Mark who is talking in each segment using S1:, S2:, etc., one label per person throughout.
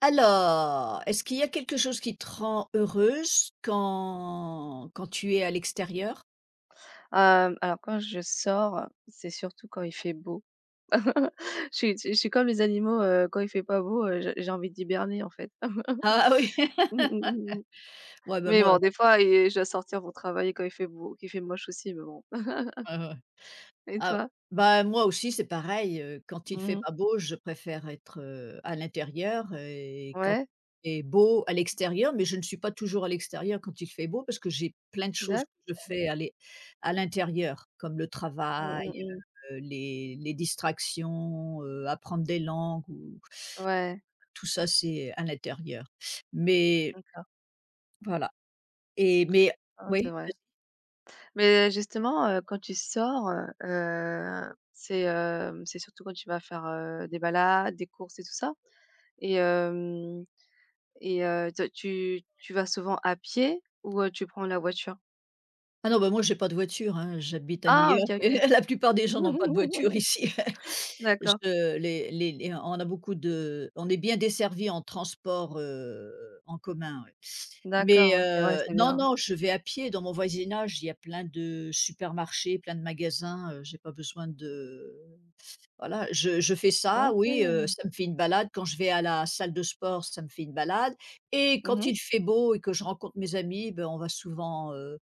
S1: Alors, est-ce qu'il y a quelque chose qui te rend heureuse quand tu es à l'extérieur?
S2: Alors quand je sors, c'est surtout quand il fait beau. Je suis comme les animaux, quand il fait pas beau, j'ai envie d'hiberner en fait.
S1: Ah oui,
S2: Mmh mh, mmh.
S1: ouais, bah,
S2: Mais
S1: moi,
S2: bon, des fois et je dois sortir pour travailler quand il fait beau, qu'il fait moche aussi, mais bon.
S1: ouais, ouais.
S2: Et
S1: Ah,
S2: toi?
S1: bah, moi aussi c'est pareil, quand il fait
S2: Mmh.
S1: pas beau, je préfère être, à l'intérieur, et quand
S2: Ouais?
S1: il fait beau à l'extérieur, mais je ne suis pas toujours à l'extérieur quand il fait beau parce que j'ai plein de choses que
S2: D'acc
S1: je fais à l'intérieur, comme le
S2: Mmh
S1: travail,
S2: mh, mmh.
S1: les distractions, apprendre des langues ou
S2: Ouais.
S1: tout ça, c'est à l'intérieur. Mais
S2: Donc
S1: voilà. Et mais
S2: ah, c'est
S1: oui,
S2: vrai.
S1: vas-y.
S2: Mais justement, quand tu sors, c'est, c'est surtout quand tu vas faire, des balades, des courses et tout ça? Et hem Et te tu tu vas souvent à pied ou, tu prends la voiture?
S1: Ah non, bah, moi, j'ai pas de voiture, hein, j'habite à New
S2: Ah, OK,
S1: York et
S2: OK.
S1: la plupart des gens n'ont pas de voiture ici.
S2: D'accord,
S1: Je les on a beaucoup de on est bien desservi en transport, en commun, ouais. Mais
S2: d'accord, OK, ouais, c'est
S1: non,
S2: bien.
S1: non, je vais à pied. Dans mon voisinage, il y a plein de supermarchés, plein de magasins, j'ai pas besoin de. Voilà, je fais ça, oui,
S2: OK.
S1: ça me fait une balade. Quand je vais à la salle de sport, ça me fait une balade, et quand
S2: Mmh.
S1: il fait beau et que je rencontre mes amis, ben, on va souvent,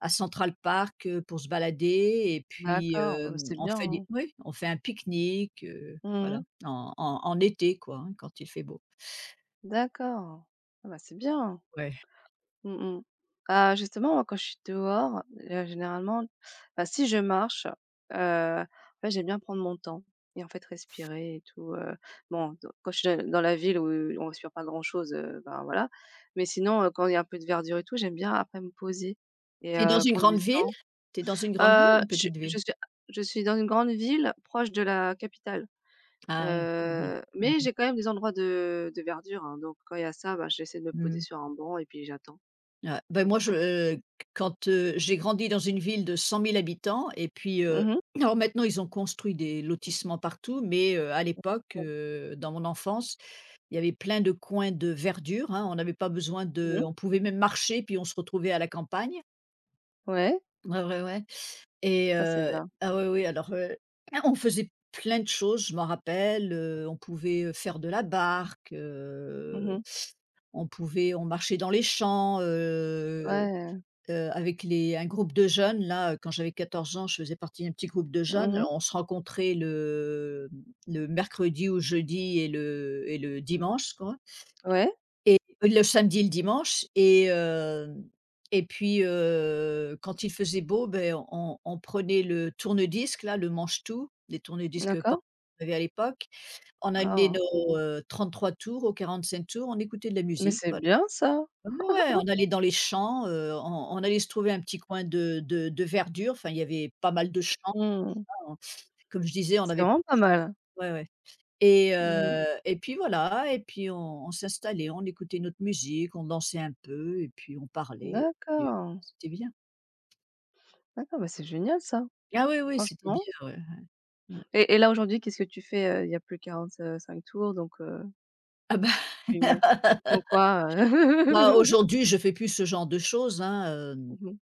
S1: à Central Park, pour se balader, et puis,
S2: D'accord, bah, c'est
S1: on
S2: bien,
S1: fait des
S2: hein.
S1: oui, on fait un pique-nique, voilà,
S2: Mmh.
S1: en été, quoi, hein, quand il fait beau.
S2: D'accord. Ah bah, c'est bien.
S1: Ouais.
S2: Mmh mh. Bah, justement, moi, quand je suis dehors, généralement, bah, si je marche, en fait, j'aime bien prendre mon temps et en fait, respirer et tout. Bon, d quand je suis dans la ville où on respire pas grand-chose, ben, voilà. Mais sinon, quand il y a un peu de verdure et tout, j'aime bien après me poser et
S1: Tu es dans une
S2: prendre du
S1: grande ville?
S2: temps.
S1: Tu es dans une grande ville ou
S2: Heu,
S1: une
S2: je suis
S1: petite ville?
S2: je suis je suis dans une grande ville proche de la capitale,
S1: Ah ouais. Mmh mh.
S2: mais
S1: Mmh.
S2: j'ai quand même des endroits de verdure, hein. Donc quand il y a ça, bah, j'essaie de me poser
S1: Mmh.
S2: sur un banc et puis j'attends
S1: Ouais, ben,
S2: comme
S1: moi
S2: ça.
S1: je,
S2: Mmh.
S1: quand, j'ai grandi dans une ville de 100 000 habitants, et puis,
S2: Mmh mh.
S1: alors maintenant ils ont construit des lotissements partout, mais, à l'époque, dans mon enfance, il y avait plein de coins de verdure, hein. On n'avait pas besoin
S2: Mmh
S1: de
S2: mh.
S1: on pouvait même marcher, puis on se retrouvait à la campagne.
S2: Ouais,
S1: Ouais, ouais, ouais, et
S2: ça c'est bien.
S1: ah oui, oui, alors, on faisait plein de choses, je m'en rappelle, on pouvait faire de la barque,
S2: Mmh mh.
S1: on marchait dans les champs. Heu
S2: Ouais,
S1: Avec les un groupe de jeunes là, quand j'avais 14 ans, je faisais partie d'un petit groupe de jeunes.
S2: mmh mh.
S1: Alors on se rencontrait le mercredi ou jeudi, et le dimanche quoi,
S2: Ouais,
S1: et le samedi et le dimanche, et hem et puis, quand il faisait beau, ben on prenait le tourne-disque là, le manche-tout, les tourne-disques
S2: d'accord.
S1: portatifs qu'il avait à l'époque. On amenait
S2: Ah,
S1: nos, 33 tours ou 45 tours, on écoutait de la
S2: mais
S1: musique,
S2: c'est
S1: voilà.
S2: bien ça!
S1: Ouais, ouais, on allait dans les champs, on allait se trouver un petit coin de verdure, enfin il y avait pas mal de champs,
S2: Mmh.
S1: on comme je disais, on
S2: C'est
S1: avait
S2: vraiment pas mal.
S1: ouais, ouais,
S2: Mmh.
S1: et puis voilà, et puis on s'installait, on écoutait notre musique, on dansait un peu et puis on parlait. Et puis
S2: D'accord.
S1: c'était bien.
S2: D'accord, bah, c'est génial ça,
S1: Ah oui, oui, c'était
S2: franchement,
S1: bien, ouais, ouais, ouais.
S2: et là aujourd'hui, qu'est-ce que tu fais? Il y a plus 45 tours, donc
S1: Ah bah,
S2: tu tu prends quoi,
S1: bah, aujourd'hui, je fais plus ce genre de choses, hein,
S2: Mmh mh.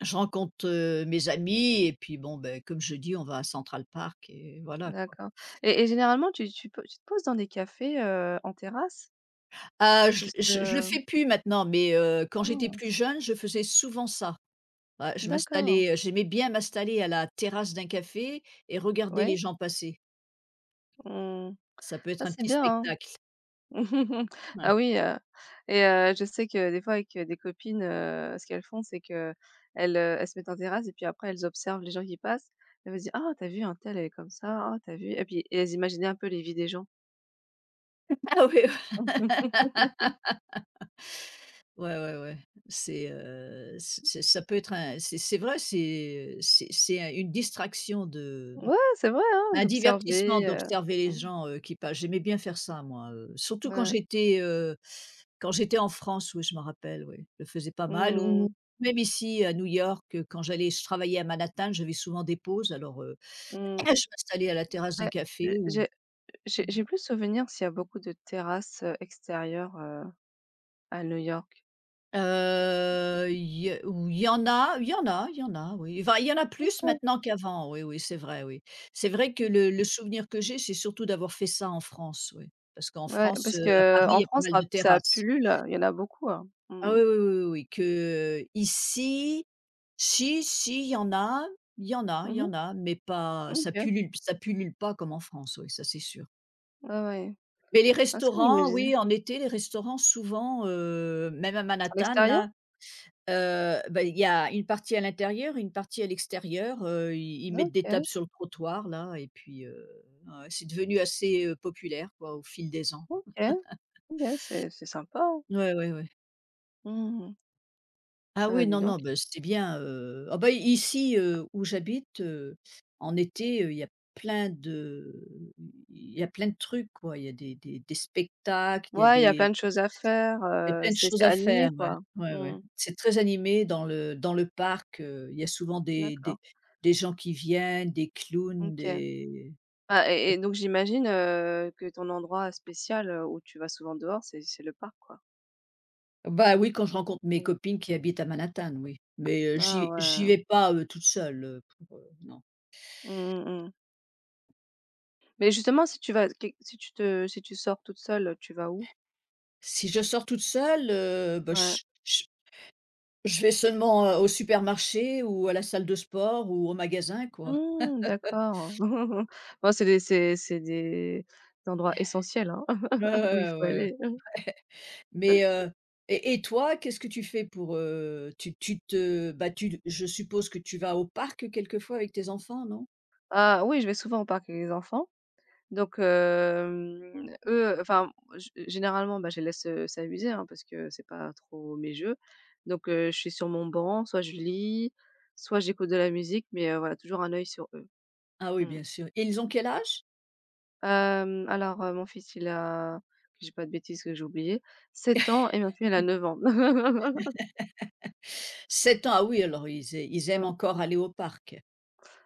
S1: je rencontre, mes amis, et puis bon, ben comme je dis, on va à Central Park et voilà.
S2: D'accord. Et généralement tu te poses dans des cafés, en terrasse?
S1: Ah, je
S2: Juste,
S1: je je le
S2: heu
S1: fais plus maintenant, mais quand j'étais
S2: ah,
S1: plus jeune, je faisais souvent ça. Ouais, je
S2: d'accord,
S1: m'installais, j'aimais bien m'installer à la terrasse d'un café et regarder
S2: ouais,
S1: les gens passer.
S2: mmh.
S1: Ça peut être
S2: Ça
S1: un
S2: c'est
S1: petit
S2: bien, hein.
S1: spectacle. Ouais.
S2: Ah oui, et je sais que des fois avec, des copines, ce qu'elles font, c'est qu'elles, elles se mettent en terrasse et puis après elles observent les gens qui passent. Elles vont se dire: «Ah t'as as vu untel, elle est comme ça, ah tu vu?» et puis elles imaginaient un peu les vies des gens.
S1: Ah oui, ouais, ouais, ouais. Ouais. C'est, c'est ça peut être un c'est vrai, c'est un une distraction de
S2: Ouais, c'est vrai, hein,
S1: un divertissement
S2: d'observer,
S1: d'observer les
S2: mmh,
S1: gens, qui passent. J'aimais bien faire ça moi, surtout quand
S2: ouais.
S1: j'étais, Quand j'étais en France, oui, je me rappelle, oui, je le faisais pas mal,
S2: Mmh
S1: ou
S2: mh.
S1: même ici à New York, quand j'allais je travaillais à Manhattan, j'avais souvent des pauses, alors, je
S2: Mmh.
S1: m'installais à la terrasse d'un
S2: Ouais,
S1: café ou
S2: j'ai j'ai plus souvenir s'il y a beaucoup de terrasses, extérieures, à New York.
S1: y a ou il y en a il y en a il y en a, oui, enfin, il y en a plus
S2: OK.
S1: maintenant qu'avant, oui, oui. C'est vrai que le souvenir que j'ai, c'est surtout d'avoir fait ça en France, oui, parce qu'en
S2: Ouais,
S1: France,
S2: parce
S1: à
S2: que
S1: Paris, il
S2: en
S1: y a pas
S2: France,
S1: mal
S2: ça
S1: de
S2: ça
S1: terrasses.
S2: pullule, il y en a beaucoup, hein. Mmh
S1: Ah
S2: mh.
S1: oui, oui, oui, oui, oui, que, ici, si, si, il y en a, il y en a, il y
S2: Mmh.
S1: en a, mais pas ça
S2: OK.
S1: pullule ça pullule pas comme en France, oui, ça c'est sûr.
S2: Ouais, ouais.
S1: Mais les
S2: Ah ça, il me
S1: restaurants,
S2: disait,
S1: oui, en été, les restaurants souvent, même à
S2: c'est à
S1: Manhattan
S2: l'extérieur?
S1: là, bah, il y a une partie à l'intérieur, une partie à l'extérieur, ils mettent des tables
S2: OK,
S1: sur le trottoir là, et puis, ouais, c'est devenu assez, populaire quoi, au fil des ans.
S2: OK, OK, c'est sympa, hein.
S1: Ouais, ouais, ouais.
S2: Mmh.
S1: Ah
S2: Ah bah,
S1: oui,
S2: dis
S1: non,
S2: donc.
S1: non, bah, c'était bien, ah bah, ici, où j'habite, en été, plein de il y a plein de trucs, quoi. Il y a des spectacles,
S2: Ouais, il y a plein de choses à faire,
S1: il y a plein de
S2: c'est
S1: choses à
S2: animé,
S1: faire, ouais.
S2: quoi.
S1: Ouais, ouais.
S2: Mmh.
S1: C'est très animé dans le parc, il y a souvent des
S2: D'accord.
S1: des des gens qui viennent, des clowns,
S2: OK.
S1: des
S2: Ah, et donc j'imagine, que ton endroit spécial, où tu vas souvent dehors, c'est le parc, quoi?
S1: bah, oui, quand je rencontre mes
S2: Mmh.
S1: copines qui habitent à Manhattan, oui. Mais,
S2: Ah
S1: j'y
S2: ouais.
S1: j'y vais pas, toute seule, pour, non.
S2: Mmh mh, mmh. Mais justement, si tu vas que si tu te si tu sors toute seule, tu vas où?
S1: Si je sors toute seule, bah,
S2: Ouais.
S1: je Je vais seulement, au supermarché ou à la salle de sport ou au magasin quoi.
S2: Mmh, d'accord. Bon, c'est des endroits essentiels, hein,
S1: Ouais,
S2: où il
S1: ouais, ouais,
S2: faut
S1: ouais.
S2: aller.
S1: Mais, et toi, qu'est-ce que tu fais pour, tu te bah, tu je suppose que tu vas au parc quelquefois avec tes enfants, non?
S2: Ah oui, je vais souvent au parc avec les enfants. Donc, eux, enfin, g généralement, bah, je les laisse, s'amuser, hein, parce que c'est pas trop mes jeux. Donc, je suis sur mon banc, soit je lis, soit j'écoute de la musique, mais, voilà, toujours un œil sur eux.
S1: Ah oui,
S2: Mmh.
S1: bien sûr. Et ils ont quel âge?
S2: Alors, mon fils, il a, que je pas de bêtises, que j'ai oublié, 7 ans, et ma fille, elle a 9 ans.
S1: 7 ans, ah oui, alors ils aiment encore aller au parc.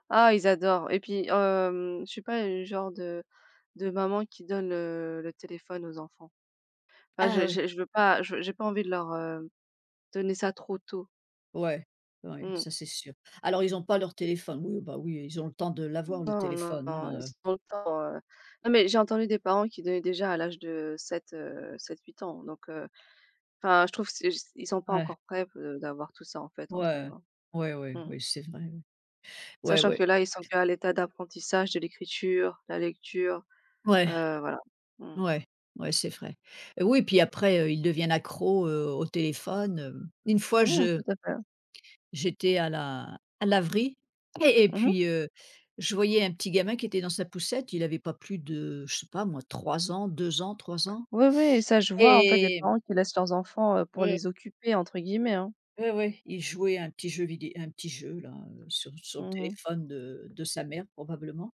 S2: Ah, ils adorent, et puis, je suis pas le genre de maman qui donne, le téléphone aux enfants. Enfin,
S1: Ah oui,
S2: je veux pas je j'ai pas envie de leur, donner ça trop tôt.
S1: ouais, ouais,
S2: Mmh.
S1: ça c'est sûr. Alors ils n'ont pas leur téléphone. Oui, bah oui, ils ont le temps de l'avoir le
S2: Non, non,
S1: téléphone,
S2: non, ils
S1: hein,
S2: ont le temps. Non, mais j'ai entendu des parents qui donnaient déjà à l'âge de 7-8 ans, donc enfin, je trouve que ils sont pas
S1: Ouais,
S2: encore prêts, d'avoir tout ça, en fait, entre les
S1: ouais,
S2: mains.
S1: ouais, ouais,
S2: Mmh.
S1: oui, c'est vrai, ouais. Ouais,
S2: Sachant que
S1: ouais,
S2: là, ils sont qu'à l'état d'apprentissage de l'écriture, la lecture,
S1: ouais,
S2: voilà. Mmh.
S1: ouais, ouais, c'est vrai. Oui, puis après, ils deviennent accros, au téléphone, hem. Une fois,
S2: Mmh,
S1: je
S2: tout à fait.
S1: j'étais à la à laverie, et
S2: Mmh.
S1: puis, je voyais un petit gamin qui était dans sa poussette, il avait pas plus de, je sais pas moi, 3 ans, 2 ans, 3 ans.
S2: Oui, oui, et ça je vois en fait des
S1: Et
S2: parents qui laissent leurs enfants, pour
S1: ouais,
S2: les «occuper» entre guillemets, hein.
S1: ouais, ouais, il jouait à un petit jeu vidéo, un petit jeu là, sur le
S2: Mmh.
S1: téléphone de sa mère probablement,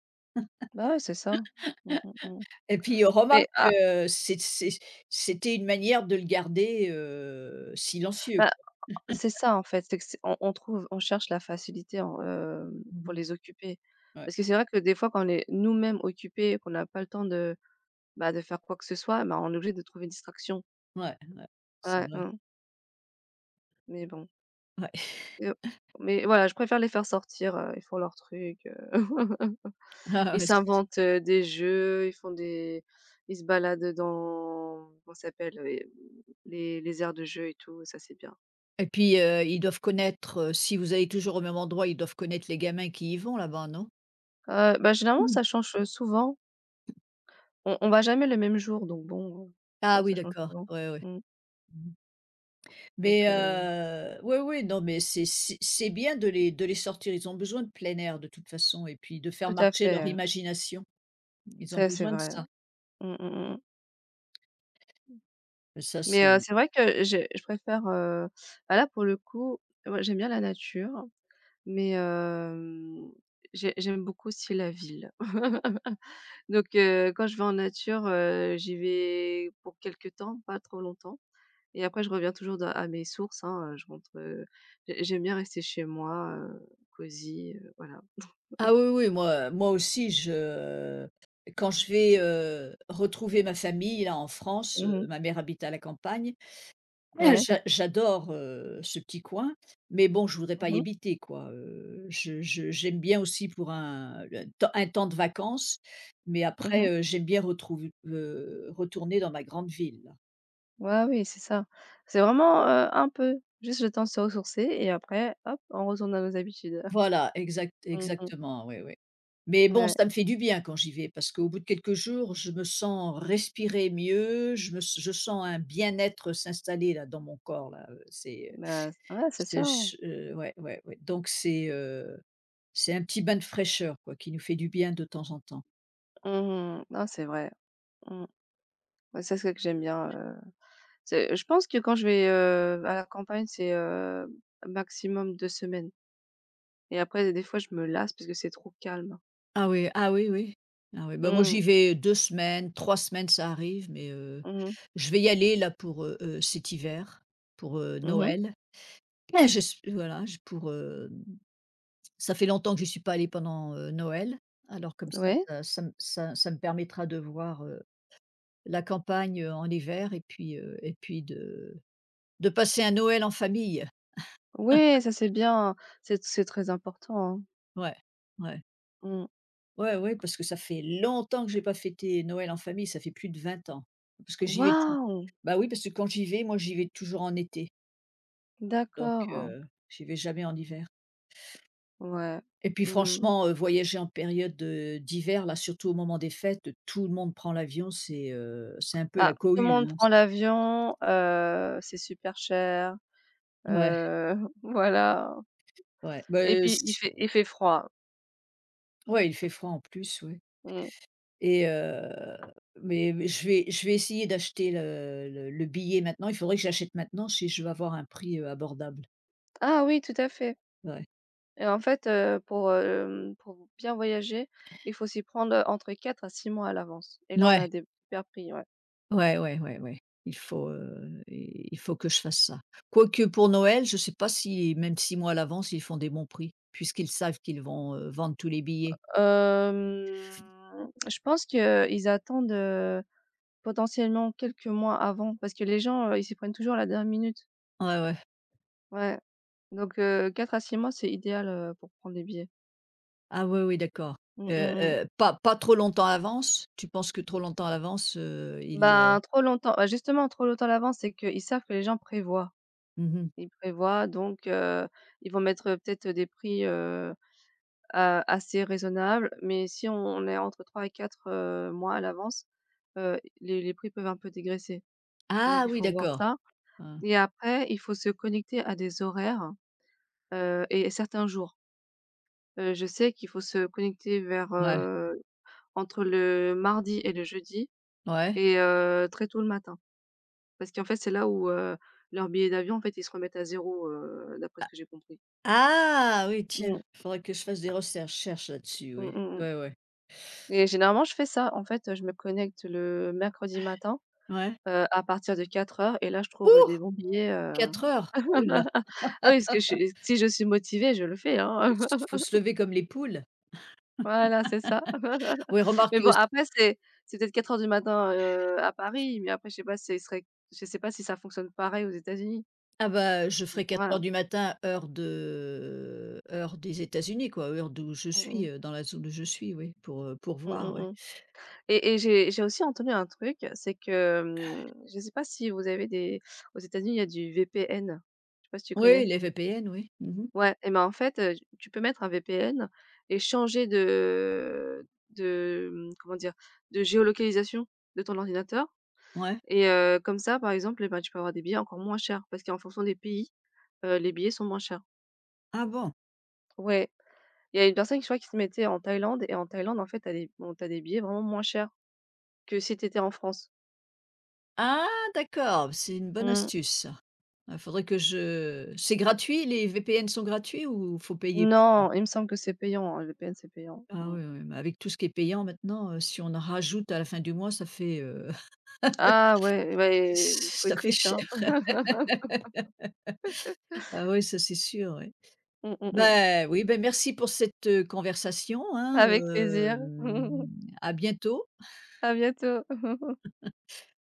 S2: Bah, ouais, c'est ça. Mmh mh, mmh.
S1: et puis remarque,
S2: Mais ah,
S1: c'était une manière de le garder, silencieux.
S2: bah, c'est ça en fait, c'est que c'est on trouve on cherche la facilité en, pour
S1: Mmh.
S2: les occuper.
S1: Ouais,
S2: Parce que c'est vrai que des fois quand on est nous-mêmes occupés, qu'on n'a pas le temps de, bah, de faire quoi que ce soit, bah, on est obligé de trouver une distraction.
S1: ouais, ouais, c'est
S2: Ouais,
S1: vrai.
S2: mmh, mais bon.
S1: Ouais.
S2: Et, Heu, mais voilà, je préfère les faire sortir, ils font leurs trucs,
S1: Ah
S2: ils
S1: ouais, c
S2: s'inventent, des jeux, ils font des ils se baladent dans, comment ça s'appelle? Les aires de jeu et tout, ça c'est bien.
S1: et puis, ils doivent connaître, si vous allez toujours au même endroit, ils doivent connaître les gamins qui y vont là-bas, non?
S2: Bah, généralement
S1: Mmh.
S2: ça change, souvent. On va jamais le même jour, donc bon, je
S1: Ah
S2: pense ça
S1: oui,
S2: change
S1: d'accord,
S2: souvent.
S1: ouais, ouais.
S2: Mmh,
S1: Mmh. Mais
S2: donc
S1: oui, oui, non, mais c'est bien de les sortir. Ils ont besoin de plein air de toute façon, et puis de faire
S2: tout à
S1: marcher leur
S2: fait,
S1: imagination. Ils ont
S2: ça c'est
S1: besoin de
S2: vrai.
S1: ça.
S2: Mmh, mmh, mmh, mmh,
S1: Ça,
S2: mais
S1: c'est
S2: c'est vrai que j'ai je préfère, bah, là pour le coup, moi j'aime bien la nature. Mais j'aime beaucoup aussi la ville. Donc quand je vais en nature, j'y vais pour quelques temps, pas trop longtemps, et après je reviens toujours dans à mes sources, hein, je rentre, j'aime bien rester chez moi, cosy, voilà.
S1: ah oui, oui, moi aussi, je quand je vais, retrouver ma famille là en France,
S2: Mmh.
S1: ma mère habite à la campagne. Ah,
S2: Ouais.
S1: j'adore, ce petit coin, mais bon, je voudrais pas
S2: Mmh
S1: y
S2: mh.
S1: habiter, quoi, je j'aime bien aussi pour un temps de vacances, mais après,
S2: Mmh.
S1: j'aime bien retourner dans ma grande ville.
S2: Ouais, oui, c'est ça. C'est vraiment, un peu, juste le temps de se ressourcer, et après, hop, on retourne à nos habitudes.
S1: Voilà, exact
S2: Mmh mh.
S1: exactement, oui, oui. Mais bon,
S2: Ouais.
S1: ça me fait du bien quand j'y vais parce qu'au bout de quelques jours, je me sens respirer mieux, je sens un bien-être s'installer là dans mon corps là,
S2: Bah, ouais, c'est ça,
S1: c'est
S2: hein.
S1: ch ouais, ouais, ouais, donc c'est un petit bain de fraîcheur quoi, qui nous fait du bien de temps en temps.
S2: Mmh. Non, c'est vrai. Mmh. Ouais, ça, c'est ça que j'aime bien, c'est, je pense que quand je vais, à la campagne, c'est, maximum 2 semaines, et après des fois je me lasse parce que c'est trop calme.
S1: Ah oui, ah oui, oui. Ah oui, bah, moi
S2: Mmh.
S1: j'y vais 2 semaines, 3 semaines ça arrive, mais,
S2: Mmh mh.
S1: je vais y aller là pour, cet hiver, pour,
S2: Mmh.
S1: Noël. Eh, je s voilà, je pour, ça fait longtemps que je suis pas allée pendant, Noël, alors comme ça,
S2: Ouais.
S1: ça me permettra de voir, la campagne, en hiver, et puis de passer un Noël en famille.
S2: Ouais, ça c'est bien, c'est très important, hein.
S1: Ouais, ouais,
S2: Mmh.
S1: ouais, ouais, parce que ça fait longtemps que j'ai pas fêté Noël en famille, ça fait plus de 20 ans. Parce que j'y vais tou
S2: Waouh!
S1: bah, oui, parce que quand j'y vais, moi, j'y vais toujours en été, donc
S2: D'accord.
S1: j'y vais jamais en hiver.
S2: Ouais.
S1: Et puis
S2: Mmh.
S1: franchement, voyager en période, d'hiver, là, surtout au moment des fêtes, tout le monde prend l'avion, c'est un peu la
S2: Bah, tout le
S1: cohue,
S2: monde
S1: hein.
S2: prend l'avion, c'est super cher,
S1: Ouais,
S2: heu, voilà,
S1: ouais,
S2: et
S1: beh,
S2: puis il
S1: c
S2: fait il fait froid.
S1: ouais, il fait froid en plus, ouais,
S2: Mmh.
S1: et mais je vais essayer d'acheter le billet maintenant. Il faudrait que j'achète maintenant si je veux avoir un prix, abordable.
S2: Ah oui, tout à fait.
S1: Ouais.
S2: Et en fait, pour, pour bien voyager, il faut s'y prendre, entre 4 à 6 mois à l'avance, et là, on
S1: Ouais,
S2: a des super prix, ouais.
S1: ouais, ouais, ouais, ouais. Il faut, i il faut que je fasse ça. Quoique pour Noël, je ne sais pas si même 6 mois à l'avance, ils font des bons prix puisqu'ils savent qu'ils vont, vendre tous les billets.
S2: Je pense qu'ils attendent, potentiellement quelques mois avant, parce que les gens, ils s'y prennent toujours à la dernière minute.
S1: Ouais, ouais.
S2: Ouais, donc 4 à six mois, c'est idéal, pour prendre des billets.
S1: Ah ouais, oui, d'accord.
S2: Mmh mh mh.
S1: Pas trop longtemps à l'avance? Tu penses que trop longtemps à l'avance, il,
S2: Ben, trop longtemps, bah, justement, trop longtemps à l'avance, c'est qu'ils savent que les gens prévoient.
S1: mmh
S2: Ils prévoient, donc ils vont mettre, peut-être, des prix, assez raisonnable, mais si on est entre 3 et 4 mois à l'avance, les prix peuvent un peu dégraisser. Donc
S1: ah
S2: il
S1: oui,
S2: faut voir
S1: d'accord.
S2: ça,
S1: Hein.
S2: et après il faut se connecter à des horaires, et certains jours. Je sais qu'il faut se connecter vers,
S1: Ouais,
S2: entre le mardi et le jeudi,
S1: ouais.
S2: et très tôt le matin. Parce qu'en fait, c'est là où, leurs billets d'avion, en fait, ils se remettent à zéro, d'après ce que j'ai compris.
S1: Ah oui, tiens,
S2: Mmh.
S1: il faudrait que je fasse des recherches là-dessus,
S2: Mmh,
S1: oui.
S2: mmh mh,
S1: Ouais, ouais.
S2: et généralement, je fais ça. En fait, je me connecte le mercredi matin,
S1: Ouais.
S2: À partir de 4 heures, et là, je trouve,
S1: Ouh!
S2: des bons billets,
S1: 4 heures! Ouh là!
S2: ah oui, parce que je suis si je suis motivée, je le fais,
S1: Faut
S2: hein.
S1: se lever comme les poules.
S2: Voilà, c'est ça.
S1: Oui,
S2: Mais
S1: remarque,
S2: bon, après, c'est peut-être 4 heures du matin, à Paris, mais après, je sais pas si ça fonctionne pareil aux États-Unis.
S1: ah bah, je
S2: Donc
S1: ferai 4 heures
S2: voilà.
S1: du matin, heure des États-Unis, quoi, heure d'où je
S2: Mmh
S1: suis,
S2: mh.
S1: dans la zone où je suis, oui, pour
S2: Mmh mh
S1: voir, oui.
S2: mh. Et j'ai aussi entendu un truc, c'est que, mmh, je sais pas si vous avez des aux États-Unis, il y a du VPN. Je sais pas si tu
S1: Oui,
S2: connais?
S1: les VPN, oui. Mmh.
S2: Ouais, et ben, en fait, tu peux mettre un VPN et changer de, mmh, comment dire? De géolocalisation de ton ordinateur,
S1: Ouais.
S2: et comme ça, par exemple, eh ben, tu peux avoir des billets encore moins chers, parce qu'en fonction des pays, les billets sont moins chers.
S1: Ah bon?
S2: Ouais, il y a une personne qui, je crois, qui se mettait en Thaïlande, et en Thaïlande, en fait, t'as des billets vraiment moins chers que si t'étais en France.
S1: Ah d'accord, c'est une bonne
S2: Mmh.
S1: astuce ça. Il faudrait que je c'est gratuit, les VPN sont gratuits ou faut payer pour ça?
S2: Non, il me semble que c'est payant, hein, le VPN, c'est payant.
S1: Ah
S2: Mmh.
S1: oui, oui, mais avec tout ce qui est payant maintenant, si on en rajoute à la fin du mois, ça fait,
S2: Ah ouais, ouais, il faut
S1: ça
S2: être
S1: fait
S2: riche, hein.
S1: cher. Ah oui, ça c'est sûr, oui.
S2: Mmh, mmh mh.
S1: Bah oui, ben merci pour cette, conversation, hein,
S2: Avec plaisir.
S1: à bientôt.
S2: À bientôt.